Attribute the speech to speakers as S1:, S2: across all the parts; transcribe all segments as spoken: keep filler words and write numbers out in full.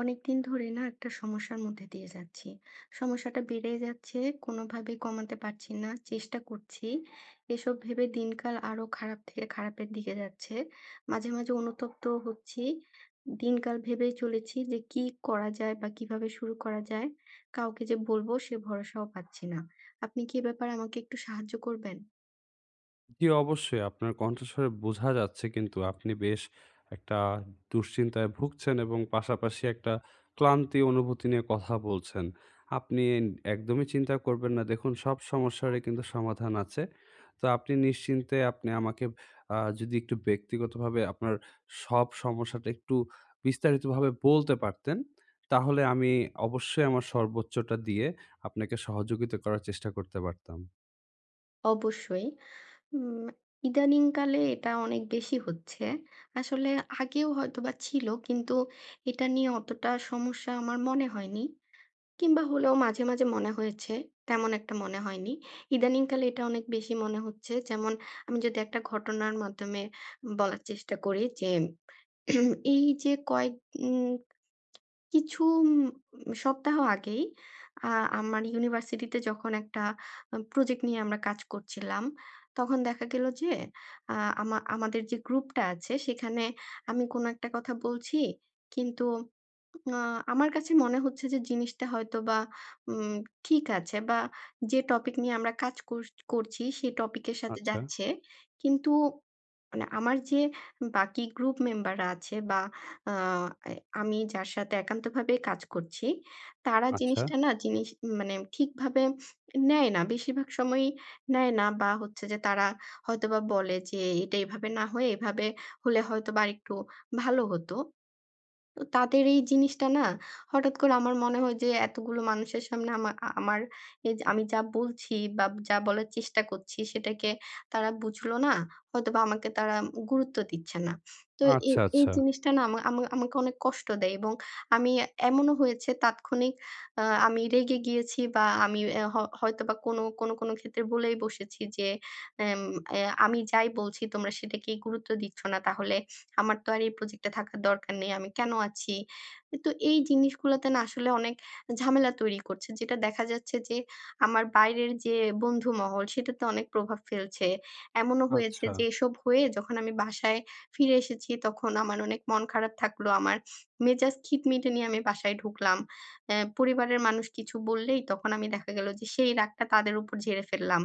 S1: অনেকদিন ধরে না একটা সমস্যার মধ্যে দিয়ে যাচ্ছি। সমস্যাটা বেড়েই যাচ্ছে, কোনোভাবেই কমাতে পারছি না। চেষ্টা করছি। এসব ভেবে দিনকাল আরো খারাপ থেকে খারাপের দিকে যাচ্ছে। মাঝে, মাঝে অনুতপ্ত হচ্ছি। দিনকাল ভেবেই চলেছি যে কি করা যায় বা কিভাবে শুরু করা যায়? কাউকে যে বলবো সে ভরসাও পাচ্ছি না। আপনি কি এ ব্যাপারে আমাকে একটু সাহায্য করবেন?
S2: জি, অবশ্যই আপনার কণ্ঠস্বরে বোঝা যাচ্ছে কিন্তু আপনি বেশ একটা দুশ্চিন্তায় ভুগছেন এবং পাশাপাশি একটা ক্লান্তি অনুভূতি নিয়ে কথা বলছেন। আপনি একদমই চিন্তা করবেন না। দেখুন সব সমস্যারই কিন্তু সমাধান আছে। তো আপনি নিশ্চিন্তে আপনি আমাকে আ যদি একটু ব্যক্তিগতভাবে আপনার সব সমস্যাটা একটু বিস্তারিতভাবে বলতে পারতেন, তাহলে আমি অবশ্যই আমার সর্বোচ্চটা দিয়ে আপনাকে সহযোগিতা করার চেষ্টা করতে পারতাম।
S1: অবশ্যই। উম ইদানিংকালে এটা অনেক বেশি হচ্ছে। আসলে আগেও হয়তোবা ছিল, কিন্তু এটা নিয়ে অতটা সমস্যা আমার মনে হয়নি। কিংবা হলেও মাঝে, মাঝে মনে হয়েছে। তেমন একটা মনে হয়নি। ইদানিংকালে এটা অনেক বেশি মনে হচ্ছে। যেমন আমি যদি একটা ঘটনার মাধ্যমে বলার চেষ্টা করি যে, এই যে কয়েক উম কিছু উম সপ্তাহ আগেই আ আমার ইউনিভার্সিটিতে যখন একটা আ প্রজেক্ট নিয়ে আমরা কাজ করছিলাম, তখন দেখা গেল যে আ আমা আমাদের যে গ্রুপটা আছে সেখানে আমি কোনো একটা কথা বলছি। কিন্তু আ আমার কাছে মনে হচ্ছে যে জিনিসটা হয়তোবা উম ঠিক আছে বা যে টপিক নিয়ে আমরা কাজ করছ করছি সেই টপিকের সাথে
S2: আচ্ছা,
S1: যাচ্ছে। কিন্তু মানে আমার যে বাকি গ্রুপ মেম্বাররা আছে বা আ এ আমি যার সাথে একান্তভাবে কাজ করছি, তারা
S2: আচ্ছা,
S1: জিনিসটা না জিনিস মানে ঠিকভাবে নেয় না। বেশিরভাগ সময়ই নেয় না বা হচ্ছে যে তারা হয়তোবা বলে যে, "এটা এভাবে না হয়ে এভাবে হলে হয়তোবা আরেকটু ভালো হতো।" তো তাদের এই জিনিসটা না হঠাৎ করে আমার মনে হয় যে এতগুলো মানুষের সামনে আমা আ আমার এই যে আমি যা বলছি বা যা বলার চেষ্টা করছি সেটাকে তারা বুঝলো না, হয়তোবা আমাকে তারা গুরুত্ব দিচ্ছে না। তো এই
S2: আচ্ছা,
S1: এই
S2: আচ্ছা।
S1: জিনিসটা না আমা আমা আমাকে অনেক কষ্ট দেয়, এবং আমি এমনও হয়েছে তাৎক্ষণিক আ আমি রেগে গিয়েছি বা আমি অ্যা হ হয়তোবা কোনো, কোনো, কোনো ক্ষেত্রে বলেই বসেছি যে, এম "অ্যা আমি যাই বলছি তোমরা সেটাকেই গুরুত্ব দিচ্ছ না। তাহলে আমার তো আর এই প্রজেক্টে থাকার দরকার নেই। আমি কেন আছি?" কিন্তু এই জিনিসগুলাতে না আসলে অনেক ঝামেলা তৈরি করছে। যেটা দেখা যাচ্ছে যে আমার বাইরের যে বন্ধু মহল সেটাতে অনেক প্রভাব ফেলছে। এমনও হয়েছে
S2: আচ্ছা।
S1: যে এসব হয়ে যখন আমি বাসায় ফিরে এসেছি তখন আমার অনেক মন খারাপ থাকলো। আমার মেজাজ খিটমিটে নিয়ে আমি বাসায় ঢুকলাম। অ্যা পরিবারের মানুষ কিছু বললেই তখন আমি দেখা গেল যে সেই রাগটা তাদের উপর ঝেড়ে ফেললাম।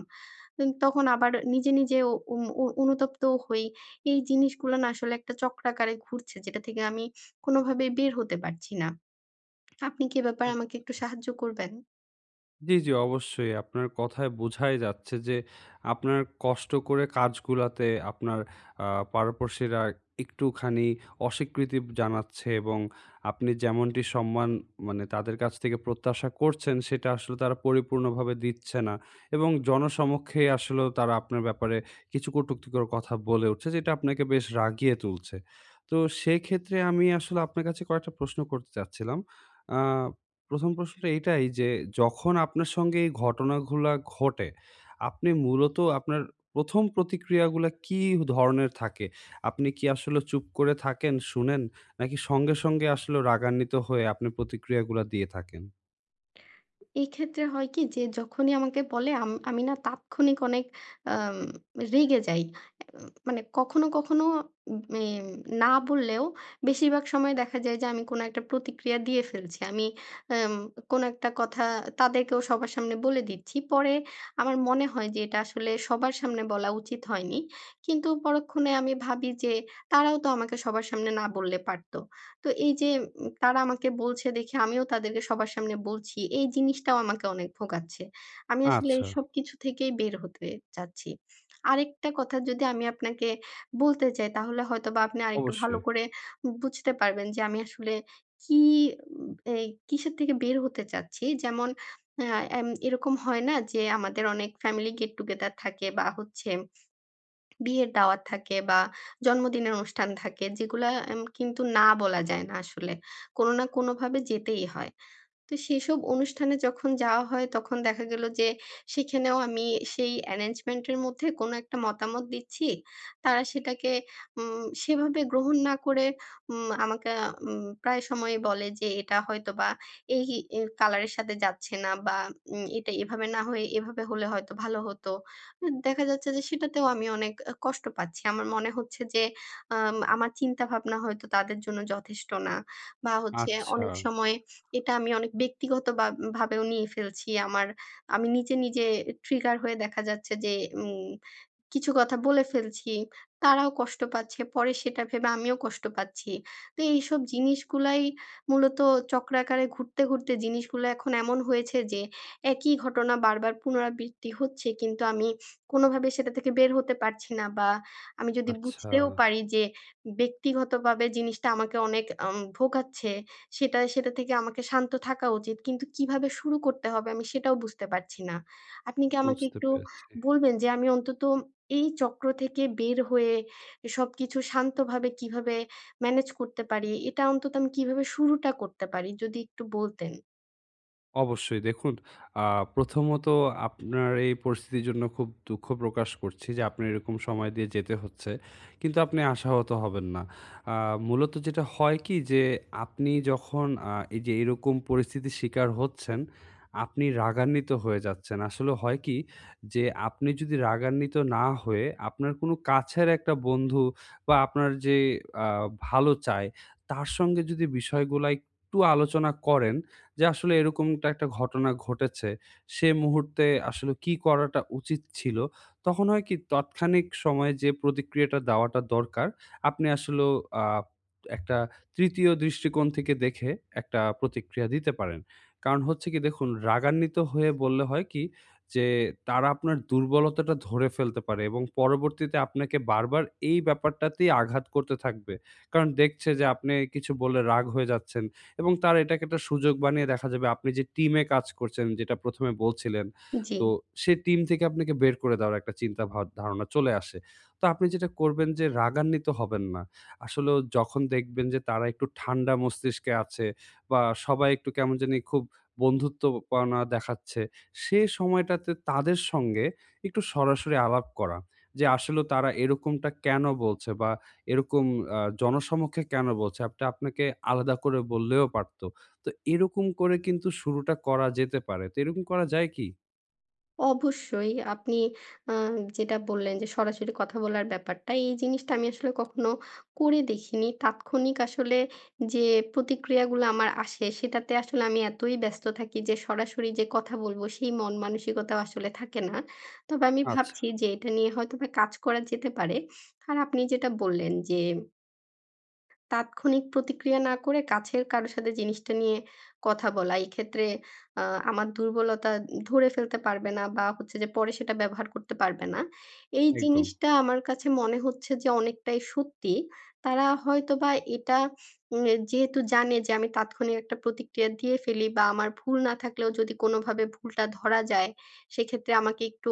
S1: উম তখন আবার নিজে, নিজে ও উম উ অনুতপ্তও হই। এই জিনিসগুলো না আসলে একটা চক্রাকারে ঘুরছে, যেটা থেকে আমি কোনোভাবেই বের হতে পারছি না। আপনি কি এ ব্যাপারে
S2: আ
S1: আমাকে একটু সাহায্য করবেন?
S2: জি, জি অবশ্যই। আপনার কথায় বোঝাই যাচ্ছে যে আপনার কষ্ট করে কাজগুলাতে আপনার আ পারপারসিরা একটুখানি অস্বীকৃতি জানাচ্ছে এবং আপনি যেমনটি সম্মান মানে তাদের কাছ থেকে প্রত্যাশা করছেন সেটা আসলে তারা পরিপূর্ণভাবে দিচ্ছে না। এবং জনসমক্ষে আসলেও তারা আপনার ব্যাপারে কিছু কটুক্তিকর কথা বলে উঠছে যেটা আপনাকে বেশ রাগিয়ে তুলছে। তো সেক্ষেত্রে আমি আসলে আপনার কাছে কয়েকটা প্রশ্ন করতে চাচ্ছিলাম। আ ১ম প্রশ্নটা এইটাই যে, যখন আপনার সঙ্গে এই ঘটনাগুলা ঘটে, আপনি মূলত আপনার প্রথম প্রতিক্রিয়াগুলা কি ধরনের থাকে? আপনি কি আসলে চুপ করে থাকেন, শুনেন? নাকি সঙ্গে, সঙ্গে আসলে রাগান্বিত হয়ে আপনি প্রতিক্রিয়াগুলা দিয়ে থাকেন?
S1: এক্ষেত্রে হয় কি যে যখনই আমাকে বলে আম আমি না তাৎক্ষণিক অনেক আম রেগে যাই। উম, মানে কখনো, কখনো এম না বললেও বেশিরভাগ সময় দেখা যায় যে আমি কোনো একটা প্রতিক্রিয়া দিয়ে ফেলছি। আমি আম কোনো একটা কথা তাদেরকেও সবার সামনে বলে দিচ্ছি। পরে আমার মনে হয় যে এটা আসলে সবার সামনে বলা উচিত হয়নি। কিন্তু পরক্ষণে আমি ভাবি যে তারাও তো আমাকে সবার সামনে না বললে পারত। তো এই যে তারা আমাকে বলছে দেখে আমিও তাদেরকে সবার সামনে বলছি। এই জিনিসটাও আমাকে অনেক ভোগাচ্ছে। আমি আসলে
S2: আচ্ছা,
S1: এসব কিছু থেকেই বের হতে চাচ্ছি। আরেকটা কথা যদি আমি আপনাকে বলতে চাই তাহলে হয়তোবা আপনি আরেকটু ভালো
S2: অবশ্যই।
S1: করে বুঝতে পারবেন যে আমি আসলে কি উম এই কিসের থেকে বের হতে চাচ্ছি। যেমন আ এম এরকম হয় না যে আমাদের অনেক ফ্যামিলি গেট টুগেদার থাকে বা হচ্ছে বিয়ের দাওয়াত থাকে বা জন্মদিনের অনুষ্ঠান থাকে, যেগুলা এম কিন্তু না বলা যায় না আসলে। কোনো না কোনোভাবে যেতেই হয়। তো সেসব অনুষ্ঠানে যখন যাওয়া হয় তখন দেখা গেল যে সেখানেও আমি সেই arrangement এর মধ্যে কোনো একটা মতামত দিচ্ছি। তারা সেটাকে উম সেভাবে গ্রহণ না করে উম আমাকে উম প্রায় সময়ই বলে যে এটা হয়তোবা এই এ কালার এর সাথে যাচ্ছে না, বা উম এটা এভাবে না হয়ে এভাবে হলে হয়তো ভালো হতো। উম দেখা যাচ্ছে যে সেটাতেও আমি অনেক আ কষ্ট পাচ্ছি। আমার মনে হচ্ছে যে আম আমার চিন্তাভাবনা হয়তো তাদের জন্য যথেষ্ট না। বা হচ্ছে
S2: আচ্ছা,
S1: অনেক সময় এটা আমি অনেক ব্যক্তিগত বা ভাবেও নিয়ে ফেলছি। আমার আমি নিজে, নিজে ট্রিগার হয়ে দেখা যাচ্ছে যে উম কিছু কথা বলে ফেলছি। তারাও কষ্ট পাচ্ছে। পরে সেটা ভেবে আমিও কষ্ট পাচ্ছি। তো এইসব জিনিসগুলাই মূলত চক্রাকারে ঘুরতে, ঘুরতে জিনিসগুলো এখন এমন হয়েছে যে একই ঘটনা বারবার পুনরাবৃত্তি হচ্ছে, কিন্তু আমি কোনোভাবে সেটা থেকে বের হতে পারছি না। বা আমি যদি
S2: আচ্ছা
S1: বুঝতেও পারি যে ব্যক্তিগতভাবে জিনিসটা আমাকে অনেক আম ভোগাচ্ছে, সেটা সেটা থেকে আমাকে শান্ত থাকা উচিত, কিন্তু কিভাবে শুরু করতে হবে আমি সেটাও বুঝতে পারছি না। আপনি কি আমাকে
S2: বুঝতে
S1: একটু
S2: পেরেছি।
S1: বলবেন যে আমি অন্তত এই চক্র থেকে বের হয়ে সবকিছু শান্তভাবে কিভাবে ম্যানেজ করতে পারি? এটা অন্তত আমি কিভাবে শুরুটা করতে পারি, যদি একটু বলতেন?
S2: অবশ্যই দেখুন, আ প্রথমত আপনার এই পরিস্থিতির জন্য খুব দুঃখ প্রকাশ করছি যে আপনার এরকম সময় দিয়ে যেতে হচ্ছে। কিন্তু আপনি আশাহত হবেন না। আ মূলত যেটা হয় কি যে আপনি যখন আ এই যে এরকম পরিস্থিতির শিকার হচ্ছেন, আপনি রাগান্বিত হয়ে যাচ্ছেন। আসলে হয় কি যে আপনি যদি রাগান্বিত না হয়ে আপনার কোনো কাছের একটা বন্ধু বা আপনার যে আ ভালো চায় তার সঙ্গে যদি বিষয়গুলা একটু আলোচনা করেন যে আসলে এরকমটা একটা ঘটনা ঘটেছে। সে মুহূর্তে আসলে কি করাটা উচিত ছিল? তখন হয় কি তাৎক্ষণিক সময়ে যে প্রতিক্রিয়াটা দেওয়াটা দরকার, আপনি আসলেও আ একটা তৃতীয় দৃষ্টিকোণ থেকে দেখে একটা প্রতিক্রিয়া দিতে পারেন। কারণ হচ্ছে কি দেখুন, রাগান্বিত হয়ে বললে হয় কি যে তারা আপনার দুর্বলতাটা ধরে ফেলতে পারে এবং পরবর্তীতে আপনাকে বারবার এই ব্যাপারটাতেই আঘাত করতে থাকবে। কারণ দেখছে যে আপনি কিছু বলে রাগ হয়ে যাচ্ছেন। এবং তার এটাকে একটা সুযোগ বানিয়ে দেখা যাবে আপনি যে টিমে কাজ করছেন, যেটা প্রথম এ বলছিলেন।
S1: জি।
S2: তো সে টিম থেকে আপনাকে বের করে দেওয়ার একটা চিন্তা ভাব ধারণা চলে আসে। তো আপনি যেটা করবেন যে রাগান্বিত হবেন না। আসলেও যখন দেখবেন যে তারা একটু ঠান্ডা মস্তিষ্কে আছে বা সবাই একটু কেমন জানি খুব বন্ধুত্বপনা দেখাচ্ছে, সে সময়টাতে তাদের সঙ্গে একটু সরাসরি আলাপ করা। যে আসলেও তারা এরকমটা কেন বলছে বা এরকম আ জনসমক্ষে কেন বলছে? আপটা আপনাকে আলাদা করে বললেও পারত। তো এরকম করে কিন্তু শুরুটা করা যেতে পারে। তো এরকম করা যায় কি?
S1: অবশ্যই। আপনি আ যেটা বললেন যে সরাসরি কথা বলার ব্যাপারটা, এই জিনিসটা আমি আসলে কখনো করে দেখিনি। তাৎক্ষণিক আসলে যে প্রতিক্রিয়াগুলো আমার আসে সেটাতে আসলে আমি এতই ব্যস্ত থাকি যে সরাসরি যে কথা বলব সেই মন মানসিকতাও আসলে থাকে না। তবে আমি
S2: আচ্ছা,
S1: ভাবছি যে এটা নিয়ে হয়তোবা কাজ করা যেতে পারে। আর আপনি যেটা বললেন যে তাৎক্ষণিক প্রতিক্রিয়া না করে কাছের কারো সাথে জিনিসটা নিয়ে কথা বলা। এক্ষেত্রে আ আমার দুর্বলতা ধরে ফেলতে পারবে না, বা হচ্ছে যে পরে সেটা ব্যবহার করতে পারবে না। এই
S2: একদম,
S1: জিনিসটা আমার কাছে মনে হচ্ছে যে অনেকটাই সত্যি। তারা হয়তোবা এটা উম যেহেতু জানে যে আমি তাৎক্ষণিক একটা প্রতিক্রিয়া দিয়ে ফেলি বা আমার ভুল না থাকলেও যদি কোনোভাবে ভুলটা ধরা যায়, সেক্ষেত্রে আমাকে একটু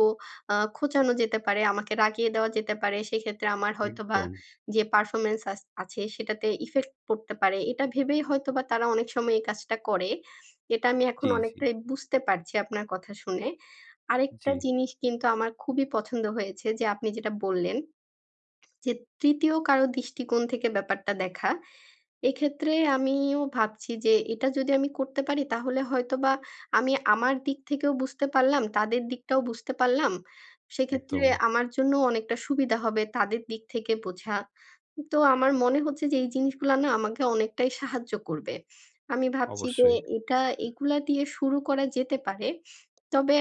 S1: আ খোঁচানো যেতে পারে, আমাকে রাগিয়ে দেওয়া যেতে পারে। সেক্ষেত্রে আমার হয়তোবা
S2: একদম।
S1: যে পারফরম্যান্স আস আছে সেটাতে ইফেক্ট পড়তে পারে। এটা ভেবেই হয়তোবা তারা অনেক সময় এই কাজটা করে। এটা আমি এখন
S2: জি, জি,
S1: অনেকটাই বুঝতে পারছি আপনার কথা শুনে।
S2: জি,
S1: আরেকটা জিনিস কিন্তু আমার খুবই পছন্দ হয়েছে যে আপনি যেটা বললেন যে তৃতীয় কারো দৃষ্টিকোণ থেকে ব্যাপারটা দেখা। এক্ষেত্রে আমিও ভাবছি যে এটা যদি আমি করতে পারি তাহলে হয়তোবা আমি আমার দিক থেকেও বুঝতে পারলাম, তাদের দিকটাও বুঝতে পারলাম। সেক্ষেত্রে
S2: একদম।
S1: আমার জন্য অনেকটা সুবিধা হবে তাদের দিক থেকে বোঝা। তো আমার মনে হচ্ছে যে এই জিনিসগুলা না আমাকে অনেকটাই সাহায্য করবে। আমি ভাবছি যে
S2: অবশ্যই।
S1: এটা এগুলা দিয়ে শুরু করা যেতে পারে। তবে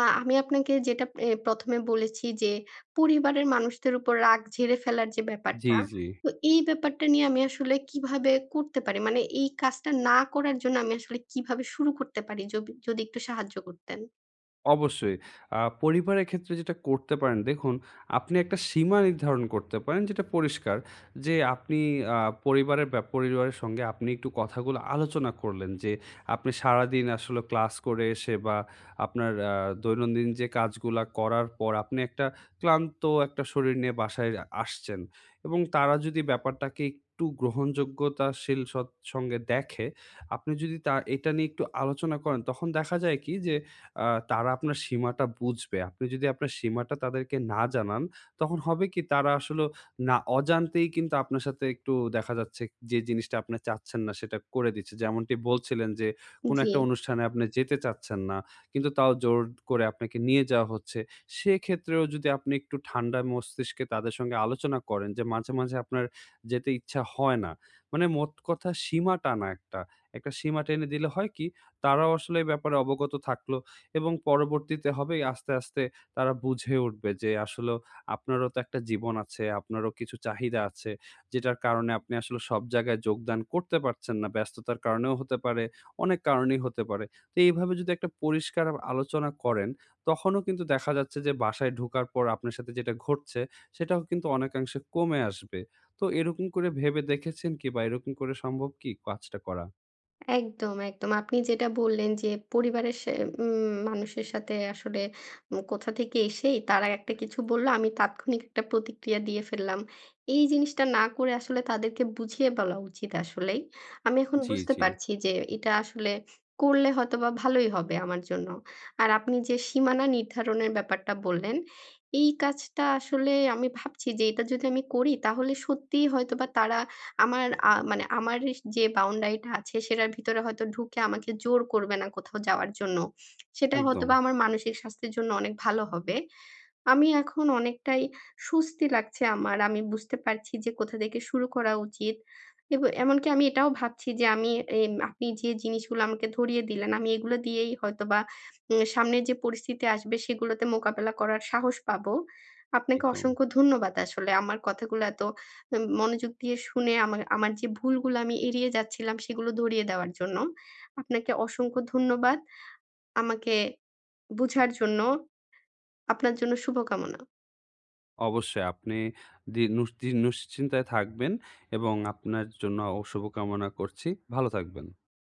S1: আ আমি আপনাকে যেটা এ প্রথম এ বলেছি যে পরিবারের মানুষদের উপর রাগ ঝেড়ে ফেলার যে
S2: জি,
S1: ব্যাপারটা,
S2: জি।
S1: তো এই ব্যাপারটা নিয়ে আমি আসলে কিভাবে করতে পারি? মানে এই কাজটা না করার জন্য আমি আসলে কিভাবে শুরু করতে পারি? জবি যদি একটু সাহায্য করতেন।
S2: অবশ্যই। আ পরিবারের ক্ষেত্রে যেটা করতে পারেন, দেখুন আপনি একটা সীমা নির্ধারণ করতে পারেন যেটা পরিষ্কার যে আপনি আ পরিবারের ব্যা পরিবারের সঙ্গে আপনি একটু কথাগুলো আলোচনা করলেন যে আপনি সারাদিন আসলে ক্লাস করে এসে বা আপনার আ দৈনন্দিন যে কাজগুলা করার পর আপনি একটা ক্লান্ত একটা শরীর নিয়ে বাসায় আ আসছেন এবং তারা যদি ব্যাপারটাকে একটু গ্রহণযোগ্যতাশীল সৎ সঙ্গে দেখে, আপনি যদি তা এটা নিয়ে একটু আলোচনা করেন তখন দেখা যায় কি যে আ তারা আপনার সীমাটা বুঝবে। আপনি যদি আপনার সীমাটা তাদেরকে না জানান, তখন হবে কি তারা আসলেও না অজান্তেই কিন্তু আপনার সাথে একটু দেখা যাচ্ছে যে জিনিসটা আপনি চাচ্ছেন না সেটা করে দিচ্ছে। যেমনটি বলছিলেন যে কোনো
S1: জি।
S2: একটা অনুষ্ঠানে আপনি যেতে চাচ্ছেন না। কিন্তু তাও জোর করে আপনাকে নিয়ে যাওয়া হচ্ছে। সেক্ষেত্রেও যদি আপনি একটু ঠান্ডা মস্তিষ্কে তাদের সঙ্গে আলোচনা করেন যে মাঝে, মাঝে আপনার যেতে ইচ্ছা হয় না। মানে মোট কথা সীমা টানা একটা। একটা সীমা টেনে দিলে হয় কি তারাও আসলে এই ব্যাপারে অবগত থাকলো। এবং পরবর্তীতে হবে আস্তে, আস্তে তারা বুঝে উঠবে যে আসলেও আপনারও তো একটা জীবন আছে, আপনারও কিছু চাহিদা আছে। যেটার কারণে আপনি আসলে সব জায়গায় যোগদান করতে পারছেন না। ব্যস্ততার কারণেও হতে পারে, অনেক কারণেই হতে পারে। তো এইভাবে যদি একটা পরিষ্কার আলোচনা করেন, তখনও কিন্তু দেখা যাচ্ছে যে বাসায় ঢোকার পর আপনার সাথে যেটা ঘটছে, সেটাও কিন্তু অনেকাংশে কমে আসবে। তো এরকম করে ভেবে দেখেছেন কি বা এরকম করে সম্ভব কি কাজটা করা?
S1: একদম, একদম। আপনি যেটা বললেন যে পরিবারের সে উম মানুষের সাথে আসলে উম কোথা থেকে এসেই তারা একটা কিছু বলল, আমি তাৎক্ষণিক একটা প্রতিক্রিয়া দিয়ে ফেললাম। এই জিনিসটা না করে আসলে তাদেরকে বুঝিয়ে বলা উচিত আসলেই। আমি এখন
S2: জি,
S1: বুঝতে
S2: জি।
S1: পারছি যে এটা আসলে করলে হয়তোবা ভালোই হবে আমার জন্য। আর আপনি যে সীমানা নির্ধারণের ব্যাপারটা বললেন, এই কাজটা আসলে আমি ভাবছি যে এটা যদি আমি করি তাহলে সত্যিই হয়তোবা তারা আমার আ মানে আমার যে boundary টা আছে সেটার ভিতরে হয়তো ঢুকে আমাকে জোর করবে না কোথাও যাওয়ার জন্য। সেটা
S2: একদম,
S1: হয়তোবা আমার মানসিক স্বাস্থ্যের জন্য অনেক ভালো হবে। আমি এখন অনেকটাই স্বস্তি লাগছে আমার। আমি বুঝতে পারছি যে কোথা থেকে শুরু করা উচিত। এব এমনকি আমি এটাও ভাবছি যে আমি এম আপনি যে জিনিসগুলো আমাকে ধরিয়ে দিলেন, আমি এগুলো দিয়েই হয়তোবা উম সামনের যে পরিস্থিতি আসবে সেগুলোতে মোকাবেলা করার সাহস পাবো। আপনাকে
S2: একদম।
S1: অসংখ্য ধন্যবাদ, আসলে আমার কথাগুলো এত উম মনোযোগ দিয়ে শুনে আমা আমার যে ভুলগুলো আমি এড়িয়ে যাচ্ছিলাম সেগুলো ধরিয়ে দেওয়ার জন্য। আপনাকে অসংখ্য ধন্যবাদ আমাকে বুঝার জন্য। আপনার জন্য শুভকামনা।
S2: অবশ্যই আপনি দি নুস জি নিশ্চিন্তায় থাকবেন এবং আপনার জন্য ও শুভকামনা করছি। ভালো থাকবেন।